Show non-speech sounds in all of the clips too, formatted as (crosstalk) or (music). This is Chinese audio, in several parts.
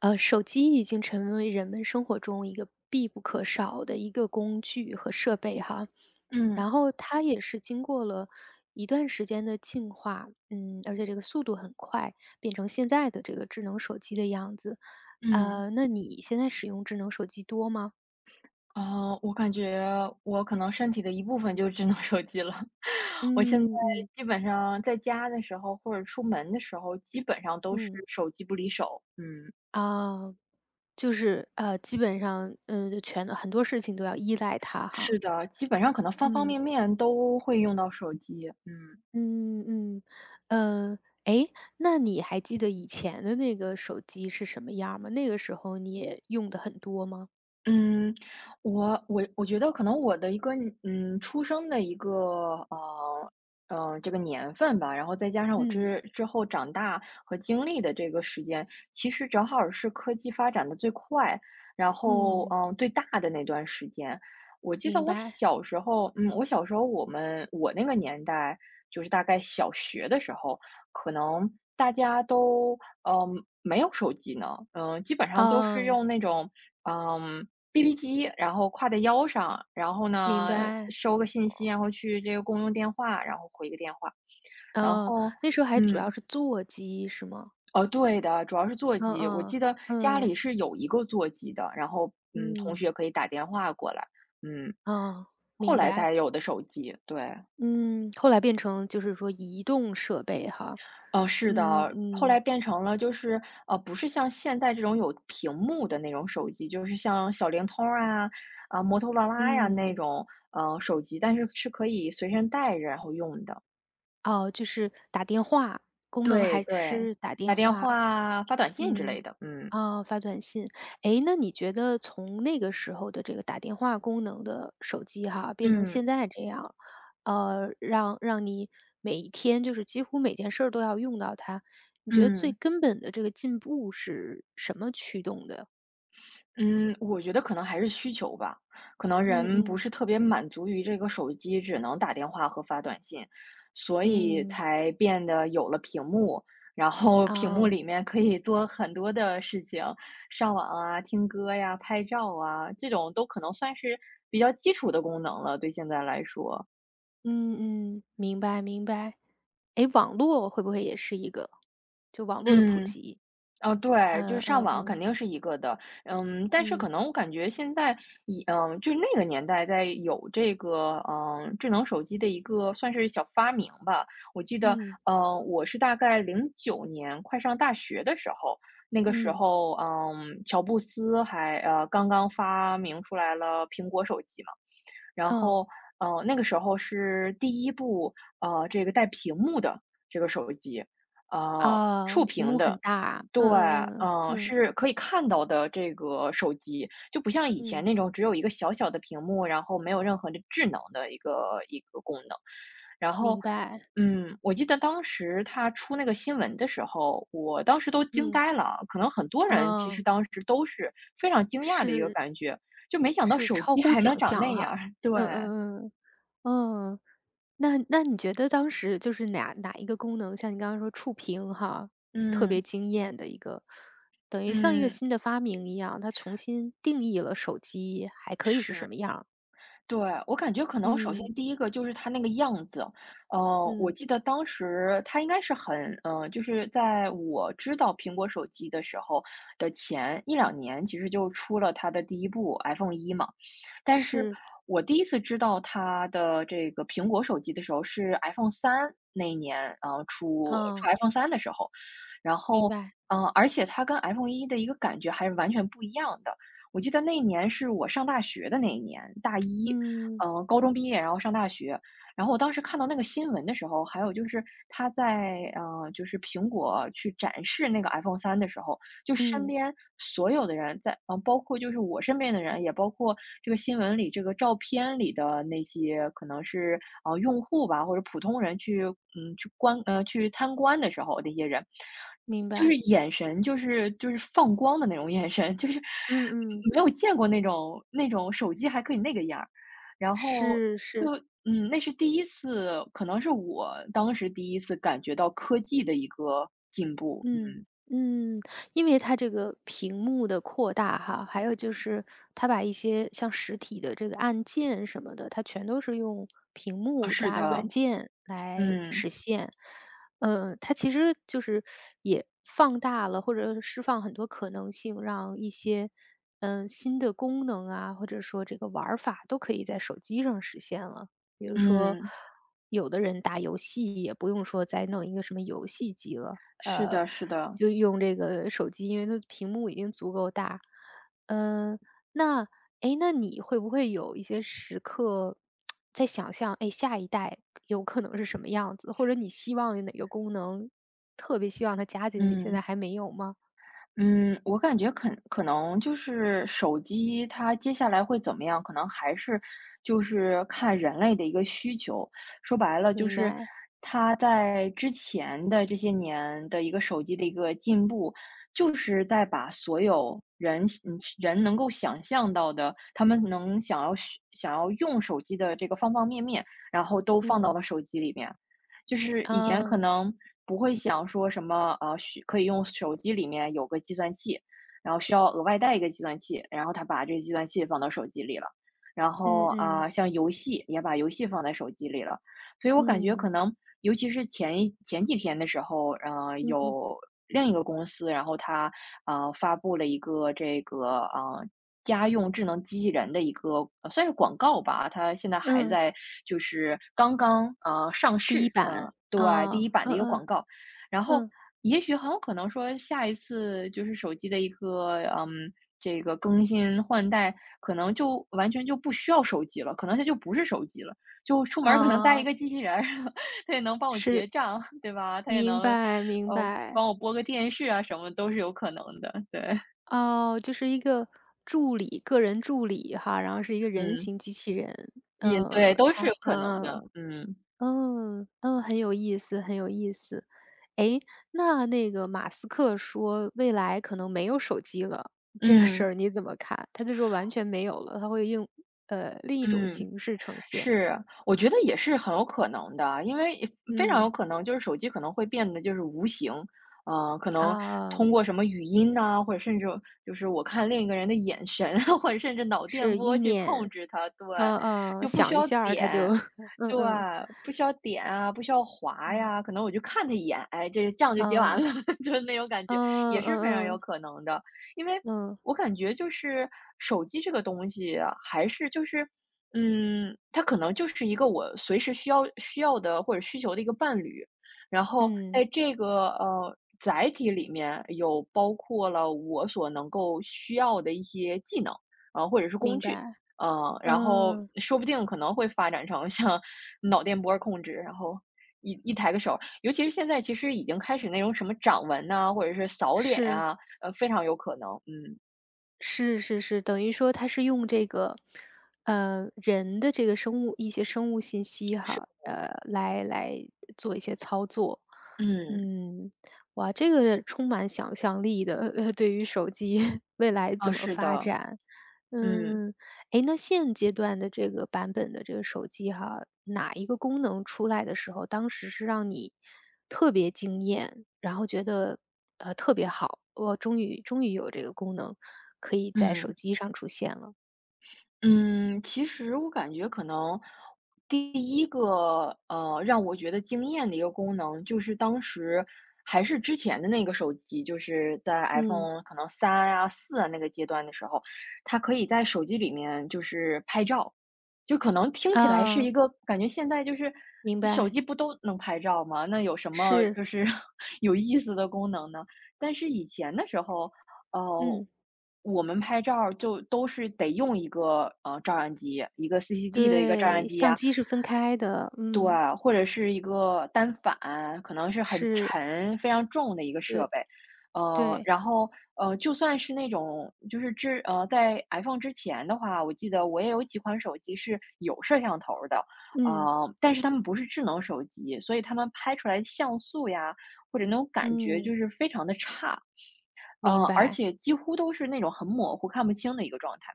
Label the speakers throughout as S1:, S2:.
S1: 手机已经成为人们生活中一个必不可少的一个工具和设备哈，
S2: 嗯。
S1: 然后它也是经过了一段时间的进化，而且这个速度很快，变成现在的这个智能手机的样子。
S2: 嗯。
S1: 那你现在使用智能手机多吗？
S2: 哦，我感觉我可能身体的一部分就智能手机了。(laughs) 我现在
S1: 嗯嗯
S2: 基本上在家的时候，或者出门的时候，基本上都是
S1: 嗯，
S2: 手机不离手。嗯，
S1: 啊，就是基本上，全很多事情都要依赖它
S2: 是
S1: 哈。
S2: 的，基本上可能方方
S1: 嗯。
S2: 面面都会用到手机。嗯。
S1: 嗯嗯，呃，诶，那你还记得以前的那个手机是什么样儿吗？那个时候你也用的很多吗？
S2: 嗯，我觉得可能我的一个出生的一个呃这个年份吧，然后再加上我
S1: 嗯
S2: 之后长大和经历的这个时间，其实正好是科技发展的最快，然后
S1: 嗯，
S2: 最大的那段时间。我记得
S1: 明
S2: 我
S1: 白，
S2: 小时候，我小时候我那个年代就是大概小学的时候，可能大家都没有手机呢，基本上都是
S1: 哦，
S2: 用那种。嗯，BB 机，然后挎在腰上，然后
S1: 明
S2: 呢，
S1: 白，
S2: 收个信息，然后去这个公用电话，然后回个电话，然
S1: 哦，
S2: 后
S1: 那时候还主要
S2: 嗯，
S1: 是座机是吗？
S2: 哦，对的，主要是座
S1: 嗯
S2: 机。我
S1: 嗯
S2: 记得家
S1: 嗯
S2: 里是有一个座机的，然后同学
S1: 嗯，
S2: 可以打电话过来，嗯，
S1: 啊，
S2: 后
S1: 明
S2: 来才
S1: 白，
S2: 有的手机，对。
S1: 嗯，后来变成就是说移动设备哈，
S2: 哦，是
S1: 嗯
S2: 的，后来
S1: 嗯
S2: 变成了就是，不是像现在这种有屏幕的那种手机，就是像小灵通啊，啊，摩托罗拉呀那
S1: 嗯。
S2: 种，手机，但是是可以随身带着然后用的。
S1: 哦，就是打电话，功能
S2: 对
S1: 还
S2: 对，
S1: 是打
S2: 打
S1: 电
S2: 电
S1: 话。
S2: 话、发短信之
S1: 嗯，
S2: 类的。嗯。
S1: 啊，发短信。诶，那你觉得从那个时候的这个打电话功能的手机哈，变成
S2: 嗯。
S1: 现在这样，让你每一天就是几乎每件事儿都要用到它，你觉得最
S2: 嗯。
S1: 根本的这个进步是什么驱动的？
S2: 嗯，我觉得可能还是需求吧，可能
S1: 嗯
S2: 人不
S1: 嗯，
S2: 是特别满足于这个手机只能打电话和发短信，所以
S1: 嗯，
S2: 才变得有了屏幕，然后屏幕
S1: 啊。
S2: 里面可以做很多的事情，上网啊、听歌呀、拍照啊，这种都可能算是比较基础的功能了，对现在来说。
S1: 嗯嗯，明白明白。诶，网络会不会也是一个就网络的普
S2: 嗯。
S1: 及，
S2: 哦，对，就
S1: 嗯
S2: 是上
S1: 嗯
S2: 网肯
S1: 嗯，
S2: 定是一个的，但是可
S1: 嗯，
S2: 能我感觉现在以，就那个年代在有这个，智能手机的一个算是小发明吧。我记得，
S1: 嗯，
S2: 我是大概09年快上大学的时候，那个时
S1: 嗯，
S2: 候，乔布斯还，刚刚发明出来了苹果手机嘛。然
S1: 嗯，
S2: 后，那个时候是第一部，这个带屏幕的这个手机，
S1: 啊，
S2: 触
S1: 屏
S2: 屏
S1: 幕很
S2: 的，
S1: 大，
S2: 对，
S1: 嗯嗯嗯嗯嗯嗯嗯啊屏幕很大嗯嗯嗯嗯
S2: 是可以看到的这个手机，就不像以前
S1: 嗯
S2: 那种只有一个小小的屏幕，然后没有任何的智能的一个功能。然后，
S1: 明白，
S2: 我记得当时他出那个新闻的时候，我当时都惊
S1: 嗯，
S2: 呆了啊，可能很多人其实
S1: 啊，
S2: 当时都是非常惊讶的一个
S1: 是
S2: 感觉，就没想到
S1: 是
S2: 手
S1: 超
S2: 机
S1: 乎
S2: 还能
S1: 想
S2: 长
S1: 象
S2: 那样儿，
S1: 哈，
S2: (laughs) 对。
S1: 嗯嗯嗯，嗯。那你觉得当时就是哪一个功能，像你刚刚说触屏哈，特别
S2: 嗯。
S1: 惊艳的一个，等于像一个
S2: 嗯。
S1: 新的发明一样，它重新定义了手机还可以是
S2: 是。
S1: 什么样儿。
S2: 对。我感觉可能首先
S1: 嗯，
S2: 第一个就是它那个样子，我
S1: 嗯，
S2: 记得当时它应该是很，就是在我知道苹果手机的时候的前一两年，其实就出了它的第一部 iPhone 一嘛。但是
S1: 是，
S2: 我第一次知道它的这个苹果手机的时候是 iPhone 三那一年，出
S1: 哦，
S2: iPhone 三的时候，然
S1: 明
S2: 后，
S1: 白，
S2: 而且它跟 iPhone 一的一个感觉还是完全不一样的。我记得那一年是我上大学的那一年，大一，
S1: 嗯，
S2: 高中毕业，然后上大学。然后我当时看到那个新闻的时候，还有就是他在，就是苹果去展示那个 iPhone 三的时候，就身
S1: 嗯，
S2: 边所有的人在，包括就是我身边的人，也包括这个新闻里这个照片里的那些可能是用户吧，或者普通人去去去参观的时候那些人，
S1: 明
S2: 就是
S1: 白，
S2: 眼神就是放光的那种眼神，就是
S1: 嗯嗯是啊，明白嗯嗯明白嗯嗯
S2: 没有见过那种手机还可以那个样儿，然后
S1: 是
S2: 就
S1: 是。
S2: 那是第一次，可能是我当时第一次感觉到科技的一个进步。嗯。
S1: 嗯嗯，因为它这个屏幕的扩大哈，还有就是它把一些像实体的这个按键什么的，它全都是用屏
S2: 啊，
S1: 幕
S2: 是
S1: 加软
S2: 的。
S1: 件来
S2: 嗯。
S1: 实现。它其实就是也放大了或者释放很多可能性，让一些新的功能啊，或者说这个玩儿法都可以在手机上实现了。比如说，
S2: 嗯。
S1: 有的人打游戏也不用说再弄一个什么游戏机了，
S2: 是的，是的。
S1: 就用这个手机，因为它屏幕已经足够大。嗯，那哎诶，那你会不会有一些时刻在想象，哎，下一代有可能是什么样子，或者你希望有哪个功能，特别希望它加进去，现
S2: 嗯，
S1: 在还没有吗？
S2: 嗯，我感觉可能就是手机它接下来会怎么样，可能还是就是看人类的一个需求。说白了就
S1: 明
S2: 是
S1: 白，
S2: 它在之前的这些年的一个手机的一个进步，就是在把所有人人能够想象到的，他们能想要用手机的这个方方面面，然后都放到
S1: 嗯，
S2: 了手机里面。就是以前
S1: 啊，
S2: 可能不会想说什么，可以用手机里面有个计算器，然后需要额外带一个计算器，然后他把这个计算器放到手机里了。然后
S1: 嗯嗯
S2: 啊，像游戏也把游戏放在手机里了。所以我感觉可
S1: 嗯
S2: 能尤其是前几天的时候，
S1: 嗯嗯，
S2: 有另一个公司，然后他发布了一个这个，家用智能机器人的一个算是广告吧，它现在还
S1: 嗯，
S2: 在就是刚刚，上
S1: 第一
S2: 市，
S1: 版
S2: 对，第
S1: 啊，
S2: 一版的
S1: 嗯
S2: 一个
S1: 嗯
S2: 广告。然后
S1: 嗯。
S2: 也许很有可能说下一次就是手机的一个，这个更新换代，可能就完全就不需要手机了，可能它就不是手机了，就出门儿可能带一
S1: 啊，
S2: 个机器人儿，(laughs) 它也能帮我结
S1: 是，
S2: 账，对吧？它也
S1: 明
S2: 能，
S1: 白明白。
S2: 帮我播个电视啊，什么都是有可能的，对。
S1: 哦，就是一个助理个人助理哈，然后是一个人
S2: 嗯。
S1: 形机器人。
S2: 也对，都是
S1: 他，
S2: 有可能
S1: 嗯
S2: 的。
S1: 嗯，
S2: 嗯。
S1: 嗯，很有意思很有意思。诶，那那个马斯克说未来可能没有手机了，这个事
S2: 嗯。
S1: 儿你怎么看？他就说完全没有了，他会用，另一种
S2: 嗯。
S1: 形式呈现。
S2: 是，我觉得也是很有可能的，因为非常有
S1: 嗯，
S2: 可能就是手机可能会变得就是无形，可能
S1: 啊，
S2: 通过什么语音呐、或者甚至就是我看另一个人的眼神，(laughs) 或者甚至脑电
S1: 是
S2: 波
S1: 意
S2: 去控
S1: 念，
S2: 制它，对，
S1: 嗯嗯，
S2: 就不需
S1: 想一
S2: 要
S1: 下儿他就
S2: 点，
S1: (laughs) 嗯
S2: 对，
S1: 嗯，
S2: 不需要点啊，不需要滑
S1: 嗯。
S2: 呀，可能我就看他一眼，哎，这样就结完
S1: 嗯，
S2: 了，(laughs) 就是那种感觉，也
S1: 嗯
S2: 是
S1: 嗯
S2: 非常有
S1: 嗯，
S2: 可能的，因为
S1: 嗯，
S2: 我感觉就是手机这个东西啊还是就是。嗯，它可能就是一个我随时需要的或者需求的一个伴侣，然后
S1: 嗯，
S2: 在这个载体里面有包括了我所能够需要的一些技能，或者是工
S1: 明
S2: 具，
S1: 白。
S2: 然后
S1: 嗯，
S2: 说不定可能会发展成 (laughs) 像脑电波控制，然后一抬个手，尤其是现在其实已经开始那种什么掌纹呐、或者是扫脸
S1: 是，
S2: 啊，非常有可能。嗯。
S1: 是是是，等于说它是用这个，人的这个生物一些生物信息
S2: 是。
S1: 哈，来做一些操作。
S2: 嗯。
S1: 嗯，哇，这个充满想象力的，(laughs) 对于手机 (laughs) 未来
S2: 啊，
S1: 怎么
S2: 是
S1: 发
S2: 的。
S1: 展。
S2: 嗯
S1: 嗯嗯，诶，那现阶段的这个版本的这个手机哈，哪一个功能出来的时候，当时是让你特别惊艳，然后觉得，特别好，我终于终于有这个功能可以在
S2: 嗯。
S1: 手机上出现了。
S2: 嗯，其实我感觉可能第一个，让我觉得惊艳的一个功能，就是当时还是之前的那个手机，就是在
S1: 嗯，
S2: iPhone 可能三啊、四啊那个阶段的时候，它可以在手机里面就是拍照。就可能听起来是
S1: 啊，
S2: 一个感觉现在就是
S1: 明
S2: 手
S1: 白，
S2: 机不都能拍照吗？那有什么
S1: 是，
S2: 就是 (laughs) 有意思的功能呢？但是以前的时候，呃，
S1: 嗯，
S2: 我们拍照儿就都是得用一个，照相机，一个 CCD 的一个照相
S1: 对，
S2: 机
S1: 相
S2: 呀，
S1: 机是分开的，
S2: 对，
S1: 嗯，
S2: 或者是一个单反，可能是很
S1: 是，
S2: 沉、非常重的一个设
S1: 对
S2: 备。
S1: 对，
S2: 然后，就算是那种就是在 iPhone 之前的话，我记得我也有几款手机是有摄像头儿的，
S1: 嗯
S2: 但是它们不是智能手机，所以它们拍出来像素呀，或者那种感觉就
S1: 嗯，
S2: 是非常的差。嗯，
S1: 明
S2: 而
S1: 白，
S2: 且几乎都是那种很模糊、看不清的一个状态。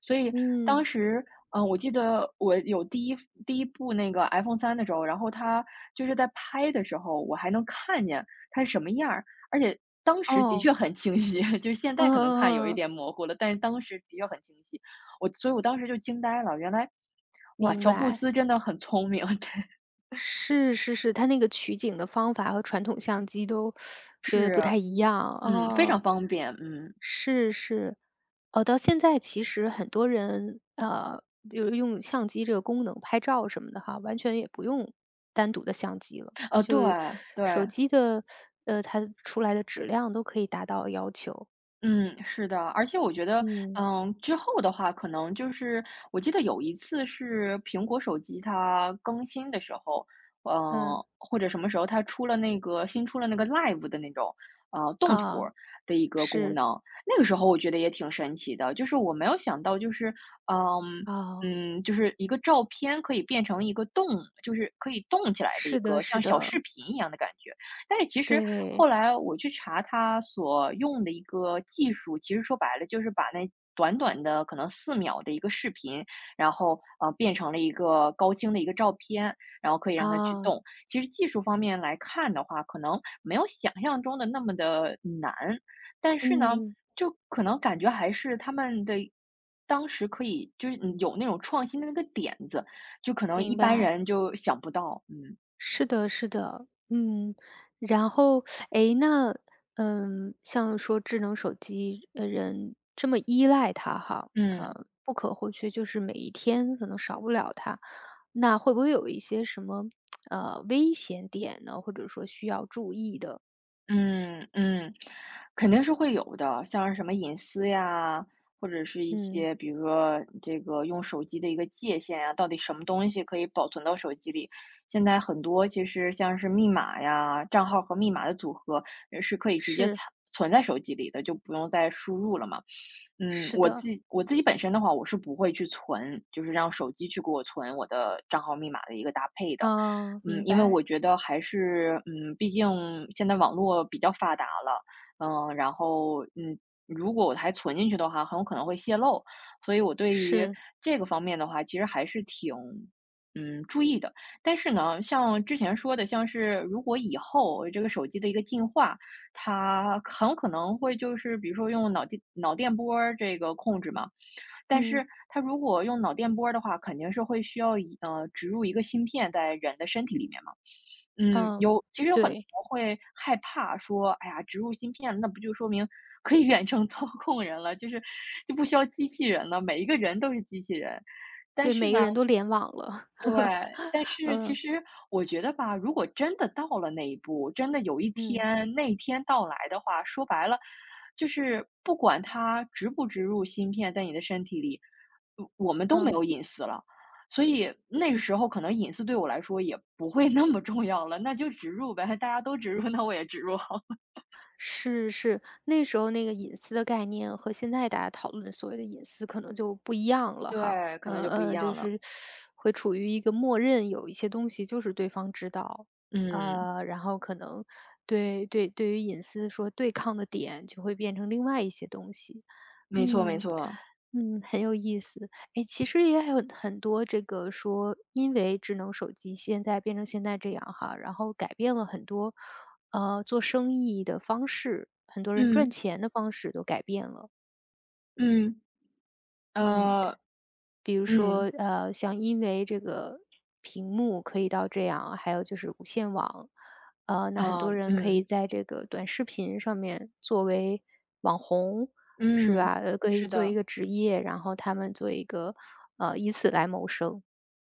S2: 所以当
S1: 嗯，
S2: 时，我记得我有第一部那个 iPhone 3的时候，然后它就是在拍的时候，我还能看见它是什么样儿，而且当时的
S1: 哦，
S2: 确很清晰，(laughs) 就是现
S1: 嗯
S2: 在可能看有一
S1: 嗯嗯，
S2: 点模糊了，但是当时的确很清晰。所以我当时就惊呆了，原来，哇，
S1: 明
S2: 乔布
S1: 白。
S2: 斯真的很聪明，(laughs) 对，
S1: 是是是，它那个取景的方法和传统相机都，也
S2: 是，
S1: 不太一样，
S2: 非
S1: 哦。
S2: 常方便，
S1: 是是，哦，到现在其实很多人，比如用相机这个功能拍照什么的哈，完全也不用单独的相机了，就
S2: 对对。
S1: 手机的，它出来的质量都可以达到要求。
S2: 嗯，是的，而且我觉得，
S1: 嗯，
S2: 之后的话，可能就是我记得有一次是苹果手机它更新的时候，
S1: 嗯，
S2: 嗯，或者什么时候它出了那个新出了那个 Live 的那种，动图
S1: 啊，
S2: 儿的一个功
S1: 是，
S2: 能，那个时候我觉得也挺神奇的，就是我没有想到，就是嗯
S1: 啊，
S2: 就是一个照片可以变成一个动，就是可以动起来的一
S1: 是的
S2: 个
S1: 是
S2: 像小视
S1: 的，
S2: 频一样的感觉。但是其实后
S1: 对，
S2: 来我去查他所用的一个技术，其实说白了就是把那短短的可能4秒的一个视频，然后，变成了一个高清的一个照片，然后可以让他去
S1: 啊，
S2: 动。其实技术方面来看的话，可能没有想象中的那么的难，但是呢，
S1: 嗯，
S2: 就可能感觉还是他们的当时可以就是有那种创新的那个点子，就可能一
S1: 明
S2: 般
S1: 白。
S2: 人就想不到，嗯。
S1: 是的，是的，嗯，然后，诶，那，像说智能手机，人这么依赖它哈，
S2: 嗯。
S1: 不可或缺，就是每一天可能少不了它，那会不会有一些什么，危险点呢？或者说需要注意的？
S2: 嗯嗯，肯定是会有的，像是什么隐私呀，或者是一
S1: 嗯，
S2: 些，比如说这个用手机的一个界限呀，到底什么东西可以保存到手机里？现在很多其实像是密码呀、账号和密码的组合是可以直接存
S1: 是，
S2: 存在手机里的，就不用再输入了嘛。
S1: 是
S2: 我自
S1: 的，
S2: 己我自己本身的话，我是不会去存，就是让手机去给我存我的账号密码的一个搭配的。
S1: 啊，明
S2: 因为我
S1: 白，
S2: 觉得还是，毕竟现在网络比较发达了，然后，如果我还存进去的话，很有可能会泄露，所以我对于
S1: 是，
S2: 这个方面的话，其实还是挺，注意的。但是呢，像之前说的，像是如果以后这个手机的一个进化，它很有可能会就是比如说用脑机脑电波儿这个控制嘛，但
S1: 嗯，
S2: 是它如果用脑电波的话，肯定是会需要植入一个芯片在人的身体里面嘛。嗯，
S1: 嗯，
S2: 有其实有很多
S1: 对，
S2: 人会害怕说，哎呀，植入芯片，那不就说明可以远程 (laughs) 操控人了，就不需要机器人了，每一个人都是机器人。但
S1: 对，
S2: 是
S1: 每
S2: 呢，
S1: 个人都联网了，(laughs)
S2: 但是其
S1: 嗯，
S2: 实我觉得吧，如果真的到了那一步，真的有一
S1: 嗯，
S2: 天那一天到来的话，说白了，就是不管它植不植入芯片在你的身体里，我们都没
S1: 嗯。
S2: 有隐私了。所以那个时候可能隐私对我来说也不会那么重要了，那就植入呗，大家都植入，那我也植入好了。
S1: 是是，那时候那个隐私的概念和现在大家讨论所谓的隐私可能就不一样了哈。
S2: 对，可能就不一
S1: 就
S2: 样了。
S1: 是会处于一个默认，有一些东西就是对方知道，
S2: 嗯，
S1: 然后可能对于隐私说对抗的点就会变成另外一些东西。
S2: 没错没
S1: 嗯
S2: 错。
S1: 嗯，很有意思。哎，其实也还有很多这个说，因为智能手机现在变成现在这样哈，然后改变了很多做生意的方式，很多人赚
S2: 嗯
S1: 钱的方式都改变了。
S2: 嗯，
S1: 嗯，
S2: 呃，
S1: 比如
S2: 嗯
S1: 说，像因为这个屏幕可以到这样，还有就是无线网，那很
S2: 啊，
S1: 多人可以
S2: 嗯
S1: 在这个短视频上面作为网红，是
S2: 嗯，
S1: 吧？可以
S2: 是
S1: 做一
S2: 的。
S1: 个职业，然后他们做一个，以此来谋生。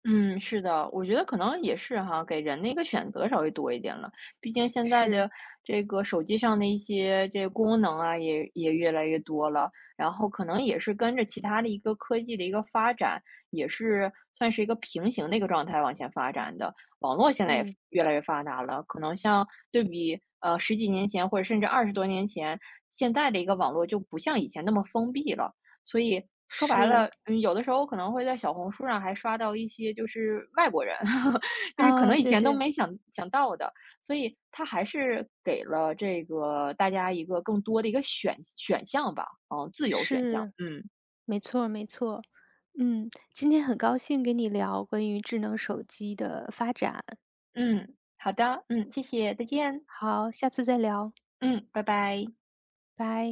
S2: 嗯，是的，我觉得可能也是哈，给人的一个选择稍微多一点了。毕竟现在
S1: 是，
S2: 的这个手机上的一些这个功能啊，也越来越多了。然后可能也是跟着其他的一个科技的一个发展，也是算是一个平行的一个状态往前发展的。网络现在也
S1: 嗯，
S2: 越来越发达了，可能像对比十几年前或者甚至二十多年前，现在的一个网络就不像以前那么封闭了。所以说白了，
S1: 是，
S2: 有的时候我可能会在小红书上还刷到一些就是外国人，(laughs) 就是可
S1: 啊，
S2: 能以
S1: 对
S2: 前都
S1: 对。
S2: 没想到的，所以它还是给了这个大家一个更多的一个选项吧，自由选项。
S1: 是，
S2: 嗯。
S1: 没错没错，今天很高兴跟你聊关于智能手机的发展，
S2: 嗯，好的，谢谢，再见，
S1: 好，下次再聊，
S2: 嗯，拜拜。
S1: 拜。